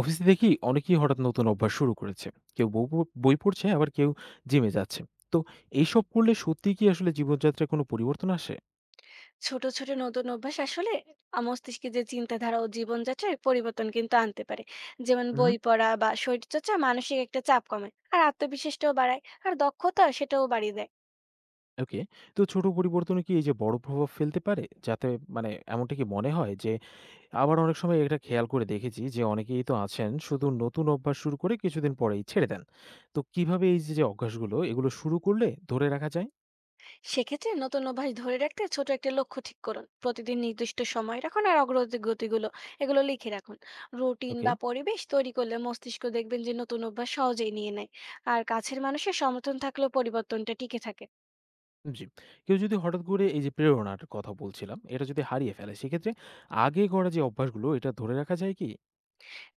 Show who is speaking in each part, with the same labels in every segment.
Speaker 1: অফিসে দেখি অনেকেই হঠাৎ নতুন অভ্যাস শুরু করেছে। কেউ বই পড়ছে, আবার কেউ জিমে যাচ্ছে। তো এইসব করলে সত্যি কি আসলে জীবনযাত্রায় কোনো পরিবর্তন আসে?
Speaker 2: ছোট ছোট নতুন অভ্যাস আসলে মস্তিষ্কে যে চিন্তাধারা ও জীবনযাত্রায় পরিবর্তন কিন্তু আনতে পারে। যেমন
Speaker 1: হুম।
Speaker 2: বই পড়া বা শরীরচর্চা মানসিক একটা চাপ কমায় আর আত্মবিশ্বাসটাও বাড়ায়, আর দক্ষতা সেটাও বাড়িয়ে দেয়।
Speaker 1: ওকে। তো ছোট পরিবর্তন কি এই যে বড় প্রভাব ফেলতে পারে যাতে, মানে এমনটা কি মনে হয় যে? আবার অনেক সময় এটা খেয়াল করে দেখেছি যে অনেকেই তো আছেন শুধু নতুন অভ্যাস শুরু করে কিছুদিন পরেই ছেড়ে দেন। তো কিভাবে এই যে যে অভ্যাসগুলো এগুলো শুরু করলে ধরে রাখা যায়?
Speaker 2: সেক্ষেত্রে নতুন অভ্যাস ধরে রাখতে ছোট একটা লক্ষ্য ঠিক করুন, প্রতিদিন নির্দিষ্ট সময় রাখুন আর অগ্রগতিগুলো এগুলো লিখে রাখুন। Routine
Speaker 1: okay.
Speaker 2: বা পরিবেশ তৈরি করলে মস্তিষ্ক দেখবেন যে নতুন অভ্যাস সহজেই নিয়ে নেয়। আর কাছের মানুষের সমর্থন থাকলেও পরিবর্তনটা টিকে থাকে।
Speaker 1: জি। কেউ যদি হঠাৎ করে এই যে প্রেরণার কথা বলছিলাম, এটা যদি হারিয়ে ফেলে সেক্ষেত্রে আগে গড়া যে অভ্যাসগুলো এটা ধরে রাখা যায় কি?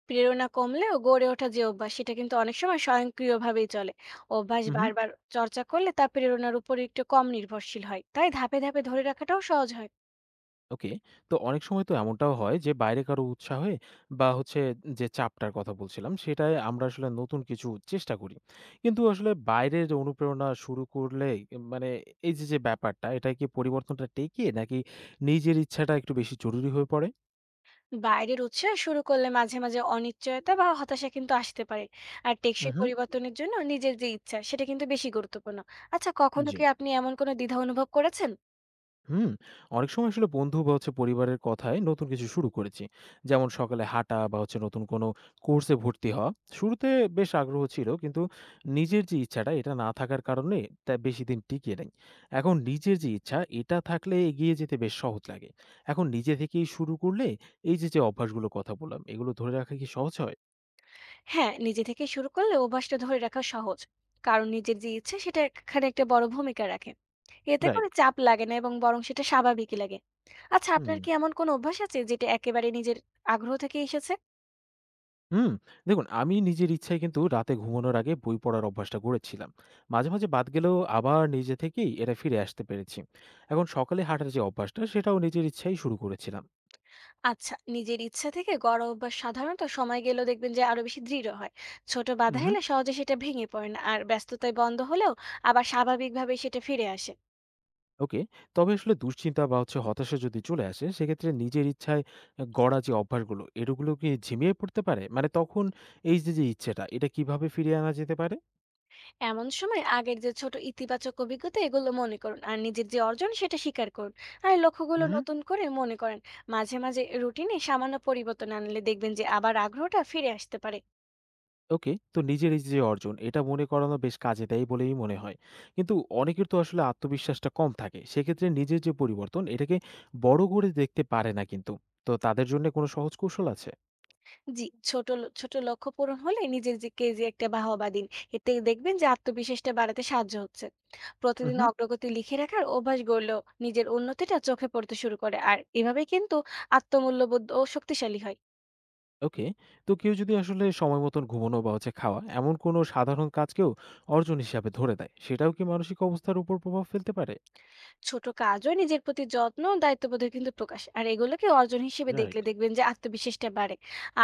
Speaker 2: প্রেরণা কমলেও গড়ে ওঠা যে অভ্যাস সেটা কিন্তু অনেক সময় স্বয়ংক্রিয়ভাবেই চলে। অভ্যাস
Speaker 1: হুম, হুম।
Speaker 2: বারবার চর্চা করলে তা প্রেরণার উপর একটু কম নির্ভরশীল হয়, তাই ধাপে ধাপে ধরে রাখাটাও সহজ হয়।
Speaker 1: ওকে। তো অনেক সময় তো এমনটাও হয় যে বাইরে কারো উৎসাহে বা হচ্ছে যে চাপটার কথা বলছিলাম সেটায় আমরা আসলে নতুন কিছু চেষ্টা করি। কিন্তু আসলে বাইরের যে অনুপ্রেরণা শুরু করলে মানে এই যে, যে ব্যাপারটা এটা কি পরিবর্তনটা টেকে, নাকি নিজের ইচ্ছাটা একটু বেশি জরুরি হয়ে পড়ে?
Speaker 2: বাইরের উৎসাহ শুরু করলে মাঝে মাঝে অনিশ্চয়তা বা হতাশা কিন্তু আসতে পারে, আর
Speaker 1: হুম,
Speaker 2: টেকসই
Speaker 1: হুম।
Speaker 2: পরিবর্তনের জন্য নিজের যে ইচ্ছা সেটা কিন্তু বেশি গুরুত্বপূর্ণ। আচ্ছা, কখনো
Speaker 1: জি।
Speaker 2: কি আপনি এমন কোনো দ্বিধা অনুভব করেছেন?
Speaker 1: হুম। অনেক সময় আসলে বন্ধু বা হচ্ছে পরিবারের কথায় নতুন কিছু শুরু করেছি, যেমন সকালে হাঁটা বা হচ্ছে নতুন কোনো কোর্সে ভর্তি হওয়া। শুরুতে বেশ আগ্রহ ছিল, কিন্তু নিজের যে ইচ্ছাটা এটা না থাকার কারণে তা বেশি দিন টিকিয়ে নেই। এখন নিজের যে ইচ্ছা এটা থাকলে এগিয়ে যেতে বেশ সহজ লাগে। এখন নিজে থেকেই শুরু করলে এই যে যে অভ্যাসগুলোর কথা বললাম এগুলো ধরে রাখা কি সহজ হয়?
Speaker 2: হ্যাঁ, নিজে থেকে শুরু করলে অভ্যাসটা ধরে রাখা সহজ, কারণ নিজের যে ইচ্ছে সেটা এখানে একটা বড় ভূমিকা রাখে। এতে
Speaker 1: রাইট।
Speaker 2: করে চাপ লাগে না, এবং বরং সেটা স্বাভাবিকই লাগে। আচ্ছা,
Speaker 1: হুম।
Speaker 2: আপনার কি এমন কোন অভ্যাস আছে যেটা একেবারে নিজের আগ্রহ থেকে এসেছে?
Speaker 1: হুম, দেখুন, আমি নিজের ইচ্ছায় কিন্তু রাতে ঘুমানোর আগে বই পড়ার অভ্যাসটা গড়েছিলাম। মাঝে, মাঝে বাদ গেলেও আবার নিজে থেকেই এটা ফিরে আসতে পেরেছি। এখন সকালে হাঁটার যে অভ্যাসটা সেটাও নিজের ইচ্ছায় শুরু করেছিলাম।
Speaker 2: আচ্ছা, নিজের ইচ্ছা থেকে গড় অভ্যাস সাধারণত সময় গেলেও দেখবেন যে আরো বেশি দৃঢ় হয়। ছোট বাধা
Speaker 1: উহু।
Speaker 2: এলে সহজে সেটা ভেঙে পড়ে না, আর ব্যস্ততায় বন্ধ হলেও আবার স্বাভাবিকভাবে সেটা ফিরে আসে।
Speaker 1: ওকে। তবে আসলে দুশ্চিন্তা বা হচ্ছে হতাশা যদি চলে আসে সেক্ষেত্রে নিজের ইচ্ছায় গড়া যে অভ্যাসগুলো এগুলো কি ঝিমিয়ে পড়তে পারে? মানে তখন এই যে, যে ইচ্ছেটা এটা কিভাবে ফিরিয়ে আনা যেতে পারে?
Speaker 2: এমন সময় আগের যে ছোট ইতিবাচক অভিজ্ঞতা এগুলো মনে করুন, আর নিজের যে অর্জন সেটা স্বীকার করুন, আর লক্ষ্যগুলো
Speaker 1: উহু।
Speaker 2: নতুন করে মনে করেন। মাঝে মাঝে রুটিনে সামান্য পরিবর্তন আনলে দেখবেন যে আবার আগ্রহটা ফিরে আসতে পারে।
Speaker 1: ওকে। তো নিজের এই যে অর্জন, এটা মনে করানো বেশ কাজে দেয় বলেই মনে হয়। কিন্তু অনেকের তো আসলে আত্মবিশ্বাসটা কম থাকে। সেক্ষেত্রে নিজের যে পরিবর্তন, এটাকে বড় করে দেখতে পারে না কিন্তু। তো তাদের জন্য কোনো সহজ কৌশল আছে?
Speaker 2: জি। ছোট লক্ষ্য পূরণ হলে নিজের যে কেজি একটা বাহবা দিন, এতে দেখবেন যে আত্মবিশ্বাসটা বাড়াতে সাহায্য হচ্ছে। প্রতিদিন
Speaker 1: উহু।
Speaker 2: অগ্রগতি লিখে রাখার অভ্যাস গড়লেও নিজের উন্নতিটা চোখে পড়তে শুরু করে, আর এভাবে কিন্তু আত্মমূল্যবোধ ও শক্তিশালী হয়।
Speaker 1: ওকে। তো কেউ যদি আসলে সময় মতন ঘুমানো বা হচ্ছে খাওয়া, এমন কোনো সাধারণ কাজকেও অর্জন হিসাবে ধরে দেয়, সেটাও কি মানসিক অবস্থার উপর প্রভাব ফেলতে পারে?
Speaker 2: ছোট কাজও নিজের প্রতি যত্ন ও দায়িত্ববোধের কিন্তু প্রকাশ, আর এগুলোকে অর্জন হিসেবে
Speaker 1: রাইট।
Speaker 2: দেখলে দেখবেন যে আত্মবিশ্বাসটা বাড়ে।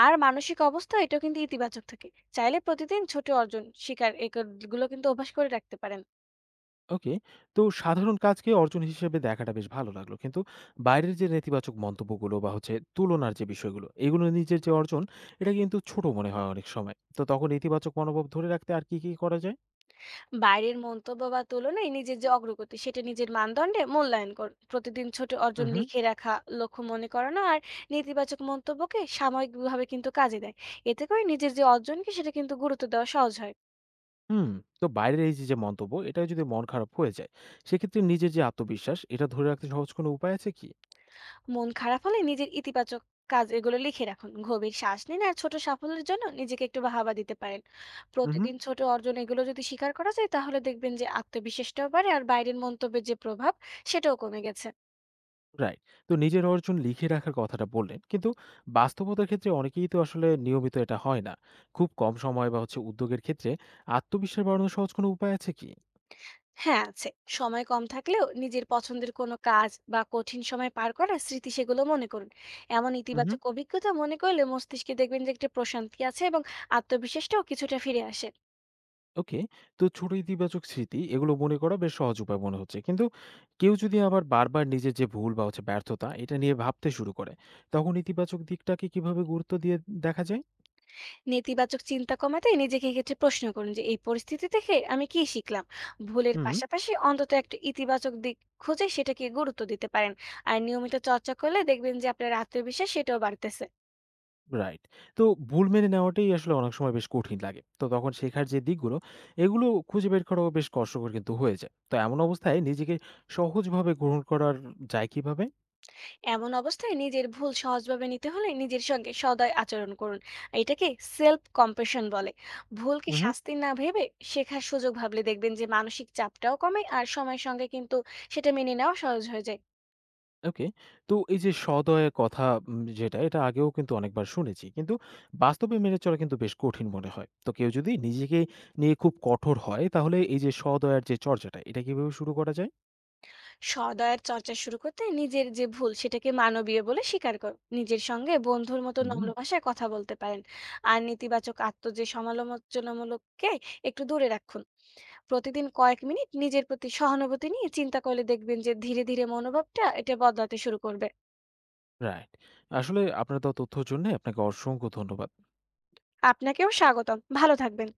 Speaker 2: আর মানসিক অবস্থা এটা কিন্তু ইতিবাচক থাকে। চাইলে প্রতিদিন ছোট অর্জন শিকার এগুলো কিন্তু অভ্যাস করে রাখতে পারেন।
Speaker 1: ওকে। তো সাধারণ কাজকে অর্জন হিসেবে দেখাটা বেশ ভালো লাগলো। কিন্তু বাইরের যে নেতিবাচক মন্তব্যগুলো বা হচ্ছে তুলনার যে বিষয়গুলো, এগুলো নিজের যে অর্জন এটা কিন্তু ছোট মনে হয় অনেক সময়। তো তখন ইতিবাচক মনোভাব ধরে রাখতে আর কি, কি করা যায়?
Speaker 2: বাইরের মন্তব্য বা তুলনায় নিজের যে অগ্রগতি সেটা নিজের মানদণ্ডে মূল্যায়ন করুন, প্রতিদিন ছোট অর্জন
Speaker 1: উহু।
Speaker 2: লিখে রাখা, লক্ষ্য মনে করানো আর নেতিবাচক মন্তব্যকে সাময়িকভাবে কিন্তু কাজে দেয়। এতে করে নিজের যে অর্জনকে সেটা কিন্তু গুরুত্ব দেওয়া সহজ হয়।
Speaker 1: হুম। তো বাইরের এই যে, যে মন্তব্য এটা যদি মন খারাপ হয়ে যায়, সেক্ষেত্রে নিজের যে আত্মবিশ্বাস এটা ধরে রাখতে সহজ কোনো উপায় আছে কি?
Speaker 2: মন খারাপ হলে নিজের ইতিবাচক কাজ এগুলো লিখে রাখুন, গভীর শ্বাস নিন আর ছোট সাফল্যের জন্য নিজেকে একটু বাহাবা দিতে পারেন।
Speaker 1: উহু।
Speaker 2: প্রতিদিন ছোট অর্জন এগুলো যদি স্বীকার করা যায়, তাহলে দেখবেন যে আত্মবিশ্বাসটাও বাড়ে আর বাইরের মন্তব্যের যে প্রভাব সেটাও কমে গেছে।
Speaker 1: রাইট। তো নিজের অর্জন লিখে রাখার কথাটা বললেন। কিন্তু বাস্তবতার ক্ষেত্রে অনেকেই তো আসলে নিয়মিত এটা হয় না। খুব কম সময় বা হচ্ছে উদ্যোগের ক্ষেত্রে আত্মবিশ্বাস বাড়ানোর সহজ কোনো উপায় আছে কি?
Speaker 2: হ্যাঁ, আছে। সময় কম থাকলেও নিজের পছন্দের কোনো কাজ বা কঠিন সময় পার করার স্মৃতি সেগুলো মনে করুন। এমন
Speaker 1: হুম, হুম।
Speaker 2: ইতিবাচক অভিজ্ঞতা মনে করলে মস্তিষ্কে দেখবেন যে একটা প্রশান্তি আছে, এবং আত্মবিশ্বাসটাও কিছুটা ফিরে আসে।
Speaker 1: ওকে। তো ছোট ইতিবাচক স্মৃতি এগুলো মনে করা বেশ সহজ উপায় মনে হচ্ছে। কিন্তু কেউ যদি আবার বারবার নিজের যে ভুল বা হচ্ছে ব্যর্থতা এটা নিয়ে ভাবতে শুরু করে, তখন ইতিবাচক দিকটাকে কিভাবে গুরুত্ব দিয়ে দেখা যায়?
Speaker 2: নেতিবাচক চিন্তা কমাতে নিজেকে ক্ষেত্রে প্রশ্ন করুন যে এই পরিস্থিতি থেকে আমি কি শিখলাম। ভুলের
Speaker 1: হুম।
Speaker 2: পাশাপাশি অন্তত একটা ইতিবাচক দিক খুঁজে সেটাকে গুরুত্ব দিতে পারেন, আর নিয়মিত চর্চা করলে দেখবেন যে আপনার আত্মবিশ্বাস সেটাও বাড়তেছে।
Speaker 1: রাইট। তো ভুল মেনে নেওয়াটাই আসলে অনেক সময় বেশ কঠিন লাগে। তো তখন শেখার যে দিকগুলো, এগুলো খুঁজে বের করাও বেশ কষ্টকর কিন্তু হয়ে যায়। তো এমন অবস্থায় নিজেকে সহজভাবে গ্রহণ করার যায় কিভাবে?
Speaker 2: এমন অবস্থায় নিজের ভুল সহজভাবে নিতে হলে নিজের সঙ্গে সদয় আচরণ করুন। এটাকে সেলফ কম্প্রেশন বলে। ভুলকে
Speaker 1: হুম, হুম।
Speaker 2: শাস্তি না ভেবে শেখার সুযোগ ভাবলে দেখবেন যে মানসিক চাপটাও কমে, আর সময়ের সঙ্গে কিন্তু সেটা মেনে নেওয়া সহজ হয়ে যায়।
Speaker 1: ওকে। তো এই যে সদয় কথা যেটা, এটা আগেও কিন্তু অনেকবার শুনেছি। কিন্তু বাস্তবে মেনে চলা কিন্তু বেশ কঠিন মনে হয়। তো কেউ যদি নিজেকে নিয়ে খুব কঠোর হয়, তাহলে এই যে সদয়ার যে চর্চাটা, এটা কিভাবে শুরু করা যায়?
Speaker 2: স্বদয়ের চর্চা শুরু করতে নিজের যে ভুল সেটাকে মানবীয় বলে স্বীকার করুন, নিজের সঙ্গে বন্ধুর মতো
Speaker 1: হুম।
Speaker 2: নম্র ভাষায় কথা বলতে পারেন। আর নেতিবাচক আত্ম যে সমালোচনামূলককে একটু দূরে রাখুন। প্রতিদিন কয়েক মিনিট নিজের প্রতি সহানুভূতি নিয়ে চিন্তা করলে দেখবেন যে ধীরে ধীরে মনোভাবটা এটা বদলাতে শুরু করবে।
Speaker 1: রাইট। আসলে আপনার দেওয়া তথ্যর জন্যে আপনাকে অসংখ্য ধন্যবাদ।
Speaker 2: আপনাকেও স্বাগতম, ভালো থাকবেন।